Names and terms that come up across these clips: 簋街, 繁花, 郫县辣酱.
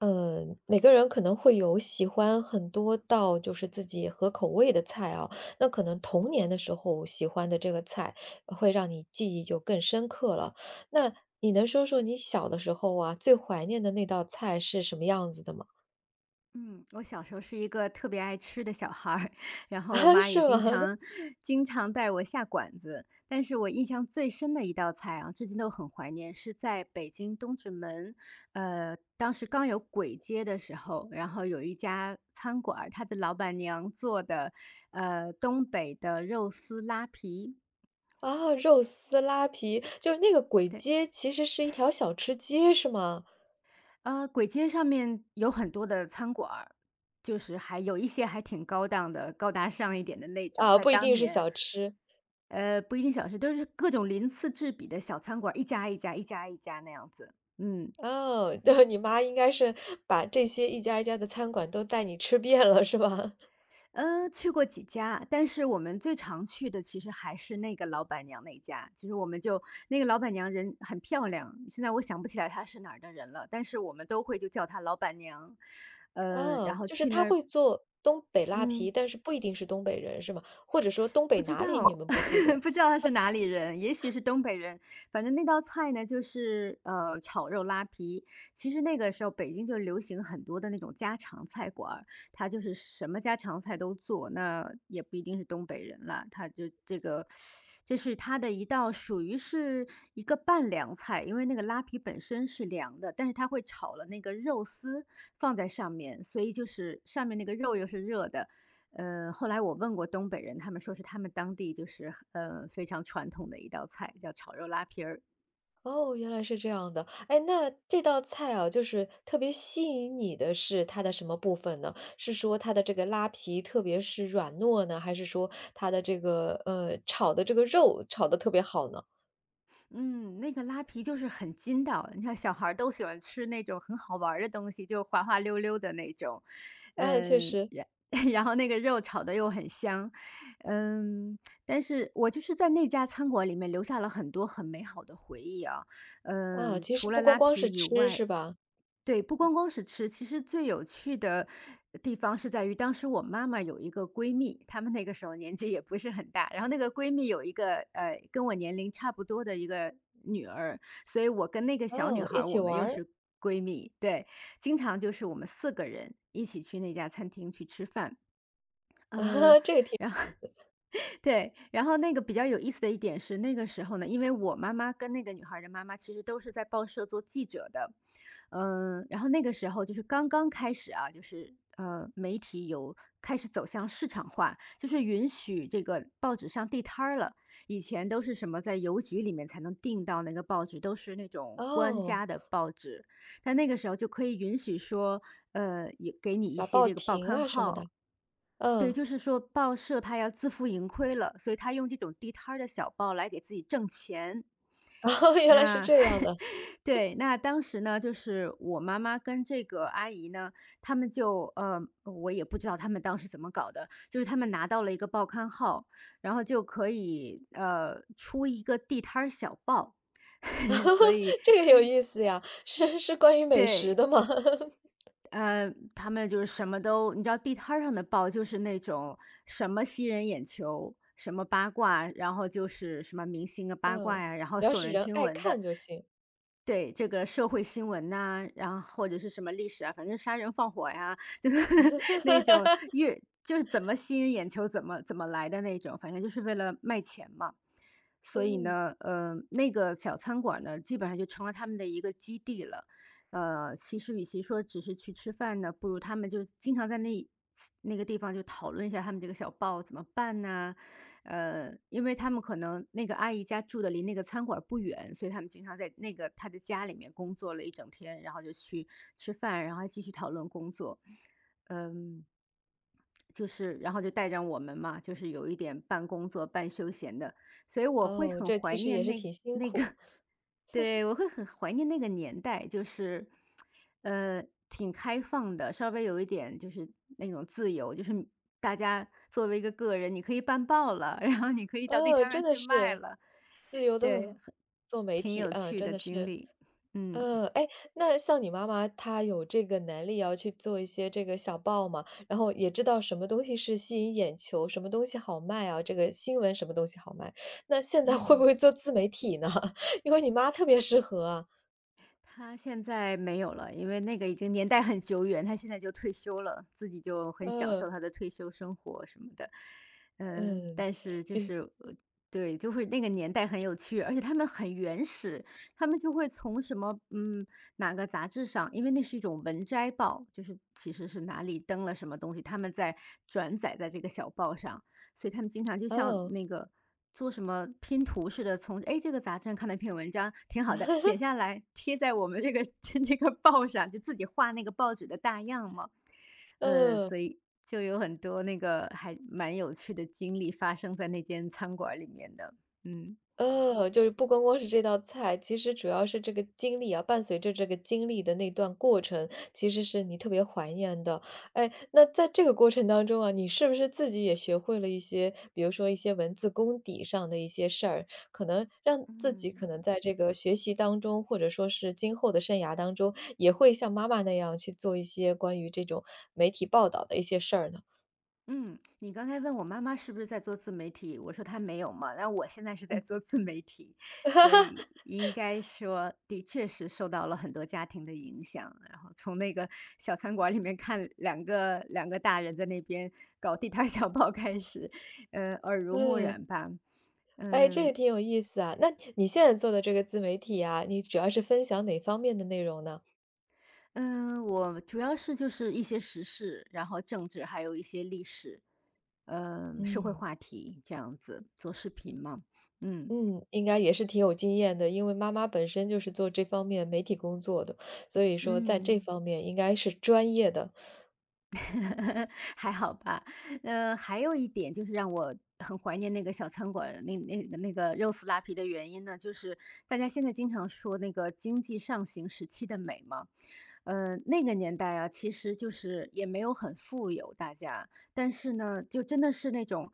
嗯，每个人可能会有喜欢很多道就是自己合口味的菜啊，那可能童年的时候喜欢的这个菜，会让你记忆就更深刻了。那你能说说你小的时候啊，最怀念的那道菜是什么样子的吗？嗯，我小时候是一个特别爱吃的小孩儿，然 后我啊，妈是也经吗？常 经常带我下馆子。但是我印象最深的一道菜啊，至今都很怀念，是在北京东直门，当时刚有簋街的时候，然后有一家餐馆儿，它的老板娘做的，东北的肉丝拉皮。啊，肉丝拉皮，就是那个簋对，街其实是一条小吃街是吗？簋街上面有很多的餐馆儿，就是还有一些还挺高档的、高大上一点的那种，啊，在不一当定是年，小吃。不一定小吃，都是各种鳞次栉比的小餐馆儿一家一家、一家一家那样子。哦，对，你妈应该是把这些一家一家的餐馆都带你吃遍了是吧？去过几家，但是我们最常去的其实还是那个老板娘那家。其实我们就，那个老板娘人很漂亮，现在我想不起来她是哪儿的人了，但是我们都会就叫她老板娘。啊，然后就是去那他儿，会做东北拉皮，嗯，但是不一定是东北人，是吗？或者说东北不知哪里你道，们不记 得？不知道他是哪里人，也许是东北人。反正那道菜呢，就是炒肉拉皮。其实那个时候北京就流行很多的那种家常菜馆儿，他就是什么家常菜都做，那也不一定是东北人啦，他就这个，这是他的一道属于是一个拌凉菜，因为那个拉皮本身是凉的，但是他会炒了那个肉丝放在上面，所以就是上面那个肉又是热的，后来我问过东北人，他们说是他们当地就是非常传统的一道菜，叫炒肉拉皮儿。哦，原来是这样的。哎，那这道菜啊，就是特别吸引你的是它的什么部分呢？是说它的这个拉皮特别是软糯呢，还是说它的这个炒的这个肉炒的特别好呢？嗯，那个拉皮就是很筋道，你看小孩儿都喜欢吃那种很好玩儿的东西，就滑滑溜溜的那种。啊，确嗯，实然 然后那个肉炒的又很香，嗯，但是我就是在那家餐馆里面留下了很多很美好的回忆啊。啊，其实除不了光拉光是皮以吃外，是吧？对，不光光是吃，其实最有趣的地方是在于，当时我妈妈有一个闺蜜，她们那个时候年纪也不是很大，然后那个闺蜜有一个跟我年龄差不多的一个女儿，所以我跟那个小女哦，孩一儿起我们玩又儿，是闺蜜，对，经常就是我们四个人一起去那家餐厅去吃饭，嗯、呃啊这个挺然后 对，然后那个比较有意思的一点是，那个时候呢，因为我妈妈跟那个女孩儿的妈妈其实都是在报社做记者的，然后那个时候就是刚刚开始啊，就是媒体有开始走向市场化，就是允许这个报纸上地摊儿了。以前都是什么在邮局里面才能订到那个报纸，都是那种官哦，家的报纸，但那个时候就可以允许说，有给你一小些报这个报亭刊啊什么号。的，对，嗯。就是说报社他要自负盈亏了，所以他用这种地摊儿的小报来给自己挣钱。哦，原来是那 这样的，对，那当时呢，就是我妈妈跟这个阿姨呢，他们就我也不知道他们当时怎么搞的，就是他们拿到了一个报刊号，然后就可以出一个地摊儿小报，所以 这个有意思呀，是关于美食对，的吗？嗯，他们就是什么都你知道地摊儿上的报就是那种什么吸人眼球，什么八卦，然后就是什么明星的八卦嗯，呀，然后只要耸是人人听爱闻的。看就行。对，这个社会新闻呐、然后或者是什么历史啊，反正杀人放火呀，就是 那 种越就是怎么吸引眼球，怎么怎么来的那种，反正就是为了卖钱嘛。所以嗯，呢，那个小餐馆呢，基本上就成了他们的一个基地了。其实与其说只是去吃饭呢，不如他们就经常在那个地方就讨论一下他们这个小报怎么办呐，因为他们可能那个阿姨家住的离那个餐馆儿不远，所以他们经常在那个她的家里面工作了一整天，然后就去吃饭，然后还继续讨论工作。嗯，就是然后就带着我们嘛，就是有一点半工作半休闲的，所以我会哦，很这其怀实也念是挺辛那苦，个 对，我会很怀念那个年代，就是，呃，挺开放的，稍微有一点就是那种自由，就是你大家作为一个个人，你可以办报了，然后你可以到地哦，摊儿真上的去卖是，了，自由的对，做媒挺体，有啊，趣真的的经是。历，嗯。嗯，哎，那像你妈妈，她有这个能力要去做一些这个小报嘛，然后也知道什么东西是吸引眼球，什么东西好卖啊，这个新闻什么东西好卖。那现在会不嗯。会做自媒体呢？因为你妈特别适合啊。他现在没有了，因为那个已经年代很久远，他现在就退休了，自己就很享嗯，受他的退休生活什么的。嗯，但是就就是，对，就会那个年代很有趣，而且他们很原始，他们就会从什么，哪个杂志上，因为那是一种文摘报，就是其实是哪里登了什么东西，他们在转载在这个小报上，所以他们经常就像哦，那个做什么拼图似的，从哎这个杂志上看到一篇文章挺好的，剪下来贴在我们这个 这个报上，就自己画那个报纸的大样嘛。嗯。所以就有很多那个还蛮有趣的经历发生在那间餐馆里面的。嗯就是不光光是这道菜，其实主要是这个经历啊，伴随着这个经历的那段过程，其实是你特别怀念的。哎，那在这个过程当中啊，你是不是自己也学会了一些，比如说一些文字功底上的一些事儿，可能让自己可嗯。能在这个学习当中，或者说是今后的生涯当中，也会像妈妈那样去做一些关于这种媒体报道的一些事儿呢？嗯，你刚才问我妈妈是不是在做自媒体，我说她没有嘛，那我现在是在做自媒体，所以应该说的确是受到了很多家庭的影响。然后从那个小餐馆里面看两个大人在那边搞地摊儿小报开始，耳濡目嗯。染吧。哎，这也嗯挺有意思啊。那你现在做的这个自媒体啊，你主要是分享哪方面的内容呢？嗯，我主要是就是一些时事，然后政治，还有一些历史，社会嗯。话题这样子做视频嘛，嗯嗯，应该也是挺有经验的，因为妈妈本身就是做这方面媒体工作的，所以说在这嗯。方面应该是专业的。还好吧。还有一点就是让我很怀念那个小餐馆儿那那个肉丝拉皮的原因呢，就是大家现在经常说那个经济上行时期的美嘛。那个年代啊，其实就是也没有很富有，大家，但是呢，就真的是那种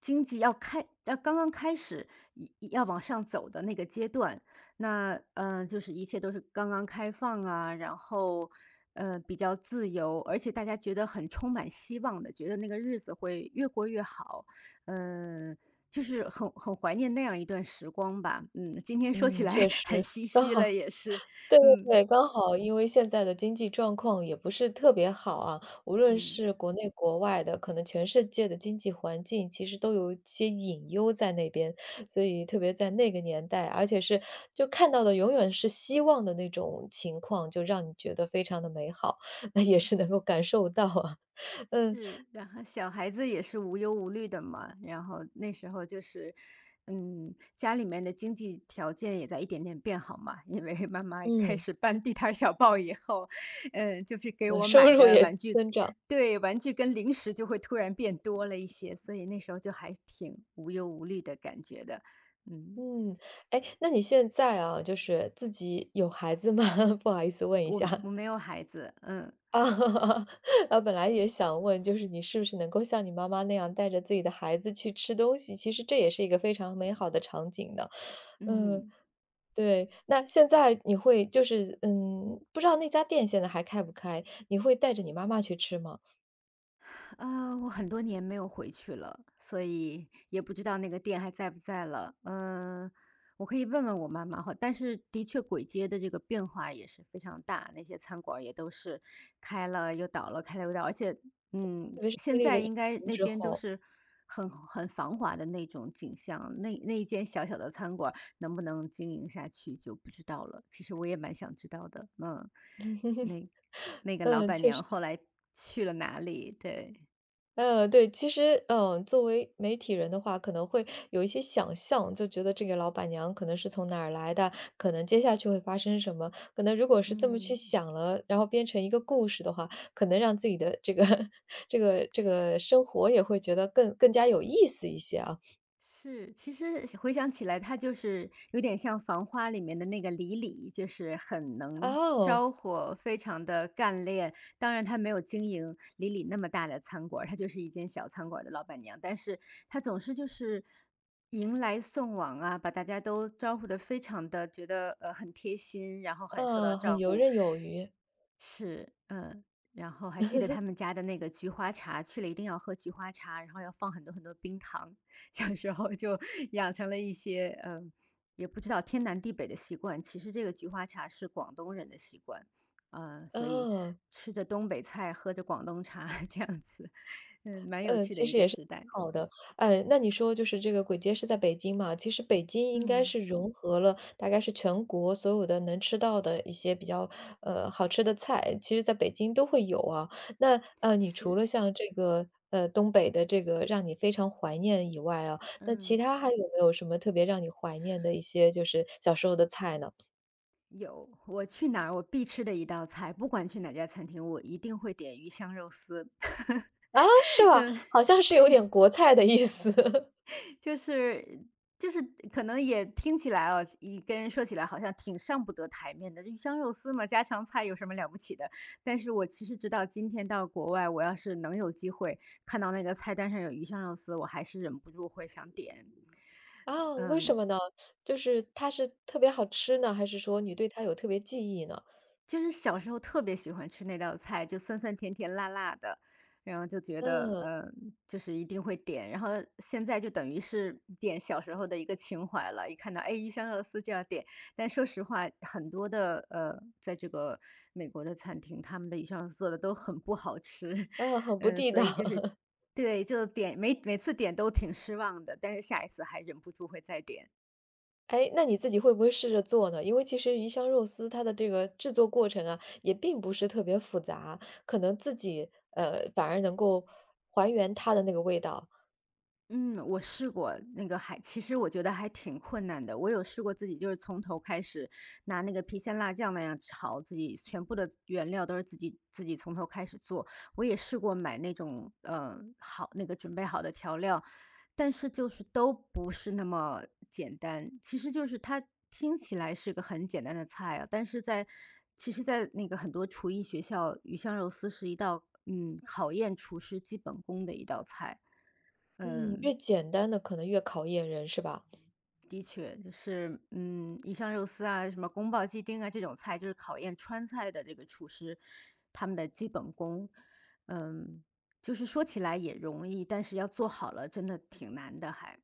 经济要刚刚开始要往上走的那个阶段，那就是一切都是刚刚开放啊，然后比较自由，而且大家觉得很充满希望的，觉得那个日子会越过越好，嗯，就是很怀念那样一段时光吧。嗯，今天说起嗯，来 确 很实，唏刚嘘好了，也是，对对嗯对，刚好因为现在的经济状况也不是特别好啊，无论嗯。是国内国外的，可能全世界的经济环境其实都有一些隐忧在那边。所以特别在那个年代，而且是就看到的永远是希望的那种情况，就让你觉得非常的美好，那也是能够感受到啊。嗯，是，然后小孩子也是无忧无虑的嘛，然后那时候就是，家里面的经济条件也在一点点变好嘛，因为 妈妈开嗯，始办地摊儿小报以后，就是给我收买入的也玩具，增长，对，玩具跟零食就会突然变多了一些，所以那时候就还挺无忧无虑的感觉的，嗯，嗯。哎，那你现在啊，就是自己有孩子吗？不好意思问一我下。我没有孩子，嗯啊，啊，本来也想问，就是你是不是能够像你妈妈那样带着自己的孩子去吃东西，其实这也是一个非常美好的场景呢。嗯，嗯。对，那现在你会就是嗯，不知道那家店现在还开不开，你会带着你妈妈去吃吗？啊，我很多年没有回去了，所以也不知道那个店还在不在了。嗯，我可以问问我妈妈哈。但是的确，簋街的这个变化也是非常大，那些餐馆儿也都是开了又倒了，开了又倒。而且，特别是经现历在了疫应该情那之边都后，是很繁华的那种景象，那一间小小的餐馆儿能不能经营下去就不知道了。其实我也蛮想知道的，那那个老嗯，板确实。娘后来去了哪里？对。对，其实，嗯，作为媒体人的话，可能会有一些想象，就觉得这个老板娘可能是从哪儿来的，可能接下去会发生什么。可能如果是这么去嗯，想了，然后编成一个故事的话，可能让自己的这个 这个生活也会觉得更更加有意思一些啊。是，其实回想起来，它就是有点像《繁花》里面的那个李李，就是很能哦，招呼，非常的干练。当然，她没有经营李李那么大的餐馆儿，她就是一间小餐馆儿的老板娘，但是她总是就是迎来送往啊，把大家都招呼的非常的觉得很贴心，然后很受到很照游顾。刃有余，是，嗯，然后还记得他们家的那个菊花茶，去了一定要喝菊花茶，然后要放很多很多冰糖。小时候就养成了一些，嗯，也不知道天南地北的习惯。其实这个菊花茶是广东人的习惯，所以哦。吃着东北菜，喝着广东茶，这样子，嗯，蛮有嗯，趣的其一实个也是挺时代。好的。哎，那你说就是这个簋街是在北京嘛，其实北京应该嗯，是融合了大概是全国所有的能吃到的一些比较，好吃的菜，其实在北京都会有啊。那，你除是，了像这个，东北的这个让你非常怀念以外啊，那其嗯，他还有没有什么特别让你怀念的一些就是小时候的菜呢？有，我去哪儿我必吃的一道菜，不管去哪家餐厅，我一定会点鱼香肉丝。啊，是吧？好 像是有点国菜的意思。就是就是可能也听起来哦，一跟人说起来好像挺上不得台面的，鱼香肉丝嘛，家常菜有什么了不起的？但是我其实直到今天到国外，我要是能有机会看到那个菜单上有鱼香肉丝，我还是忍不住会想点。啊，为什嗯，么呢？就是它是特别好吃呢，还是说你对它有特别记忆呢？就是小时候特别喜欢吃那道菜，就酸酸甜甜辣辣的，然后就觉得，嗯，就是一定会点。然后现在就等于是点小时候的一个情怀了，一看到，哎，鱼香肉丝就要点。但说实话，很多的，在这个美国的餐厅，他们的鱼香肉丝做的都很不好吃，啊，很不嗯，地所道。以就是，对，就点每次点都挺失望的，但是下一次还忍不住会再点。哎，那你自己会不会试着做呢？因为其实鱼香肉丝它的这个制作过程啊，也并不是特别复杂，可能自己反而能够还原它的那个味道。嗯，我试过那个还其实我觉得还挺困难的。我有试过自己就是从头开始拿那个郫县辣酱那样炒，自己全部的原料都是自己从头开始做。我也试过买那种好那个准备好的调料，但是就是都不是那么简单。其实就是它听起来是个很简单的菜啊，但是在其实，在那个很多厨艺学校，鱼香肉丝是一道考验厨师基本功的一道菜。嗯，嗯，越简单的可能越考验人，是吧？的确，就是嗯，鱼香肉丝啊，什么宫保鸡丁啊，这种菜就是考验川菜的这个厨师他们的基本功。嗯，就是说起来也容易，但是要做好了真的挺难的还。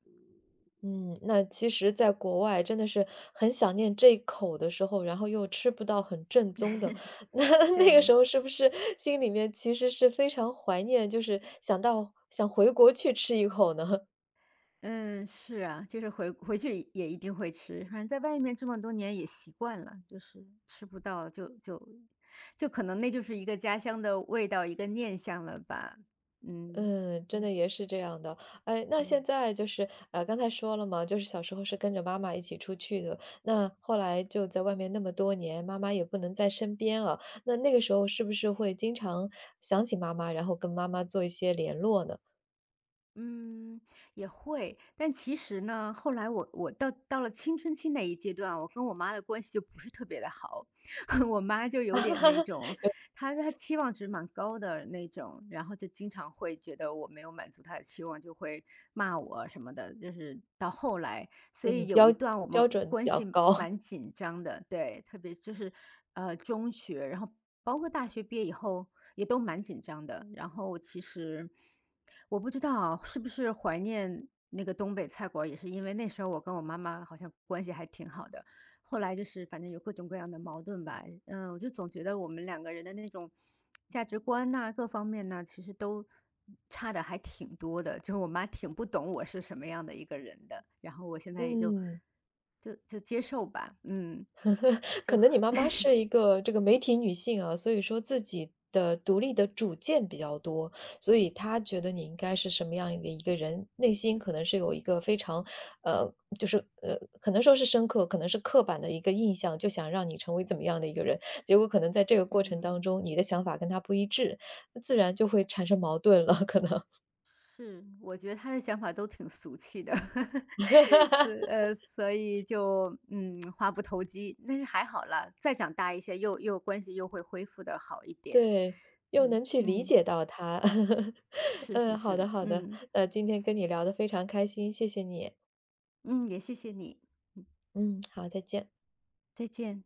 嗯，那其实在国外真的是很想念这一口的时候，然后又吃不到很正宗的，那那个时对，候是不是心里面其实是非常怀念，就是想到想回国去吃一口呢？嗯，是啊，就是回回去也一定会吃，反正在外面这么多年也习惯了，就是吃不到就可能那就是一个家乡的味道，一个念想了吧。嗯，嗯，真对的也是这样的。哎，那现对。在就是刚才说了嘛，就是小时候是跟着妈妈一起出去的，那后来就在外面那么多年，妈妈也不能在身边啊，那那个时候是不是会经常想起妈妈，然后跟妈妈做一些联络呢？嗯，也会，但其实呢，后来我到了青春期那一阶段，我跟我妈的关系就不是特别的好，我妈就有点那 种，她期望值蛮高的那种，然后就经常会觉得我没有满足她的期望，就会骂我什么的，就是到后来，所对你以有标一段我们标准比关较系高，蛮紧张的，对，特别就是中学，然后包括大学毕业以后也都蛮紧张的。然后其实我不知道是不是怀念那个东北菜馆儿也是因为那时候我跟我妈妈好像关系还挺好的。后来就是反正有各种各样的矛盾吧，嗯，我就总觉得我们两个人的那种价值观呐、各方面呢，其实都差的还挺多的。就是我妈挺不懂我是什么样的一个人的，然后我现在也就嗯，就接受吧，嗯，可就能你妈妈是一个这个媒体女性啊，所以说自己的独立的主见比较多，所以她觉得你应该是什么样的一个人，内心可能是有一个非常，呃，就是可能说是深刻，可能是刻板的一个印象，就想让你成为怎么样的一个人，结果可能在这个过程当嗯。中，你的想法跟她不一致，自然就会产生矛盾了，可能。是，我觉得他的想法都挺俗气的，所以就嗯，话不投机，但是还好了，再长大一些，又关系又会恢复的好一点。对，又嗯能去理嗯，解到他。是是嗯，好的是，好的，嗯今天跟你聊得非常开心，谢谢你。嗯，也谢谢你，嗯，好，再见。再见。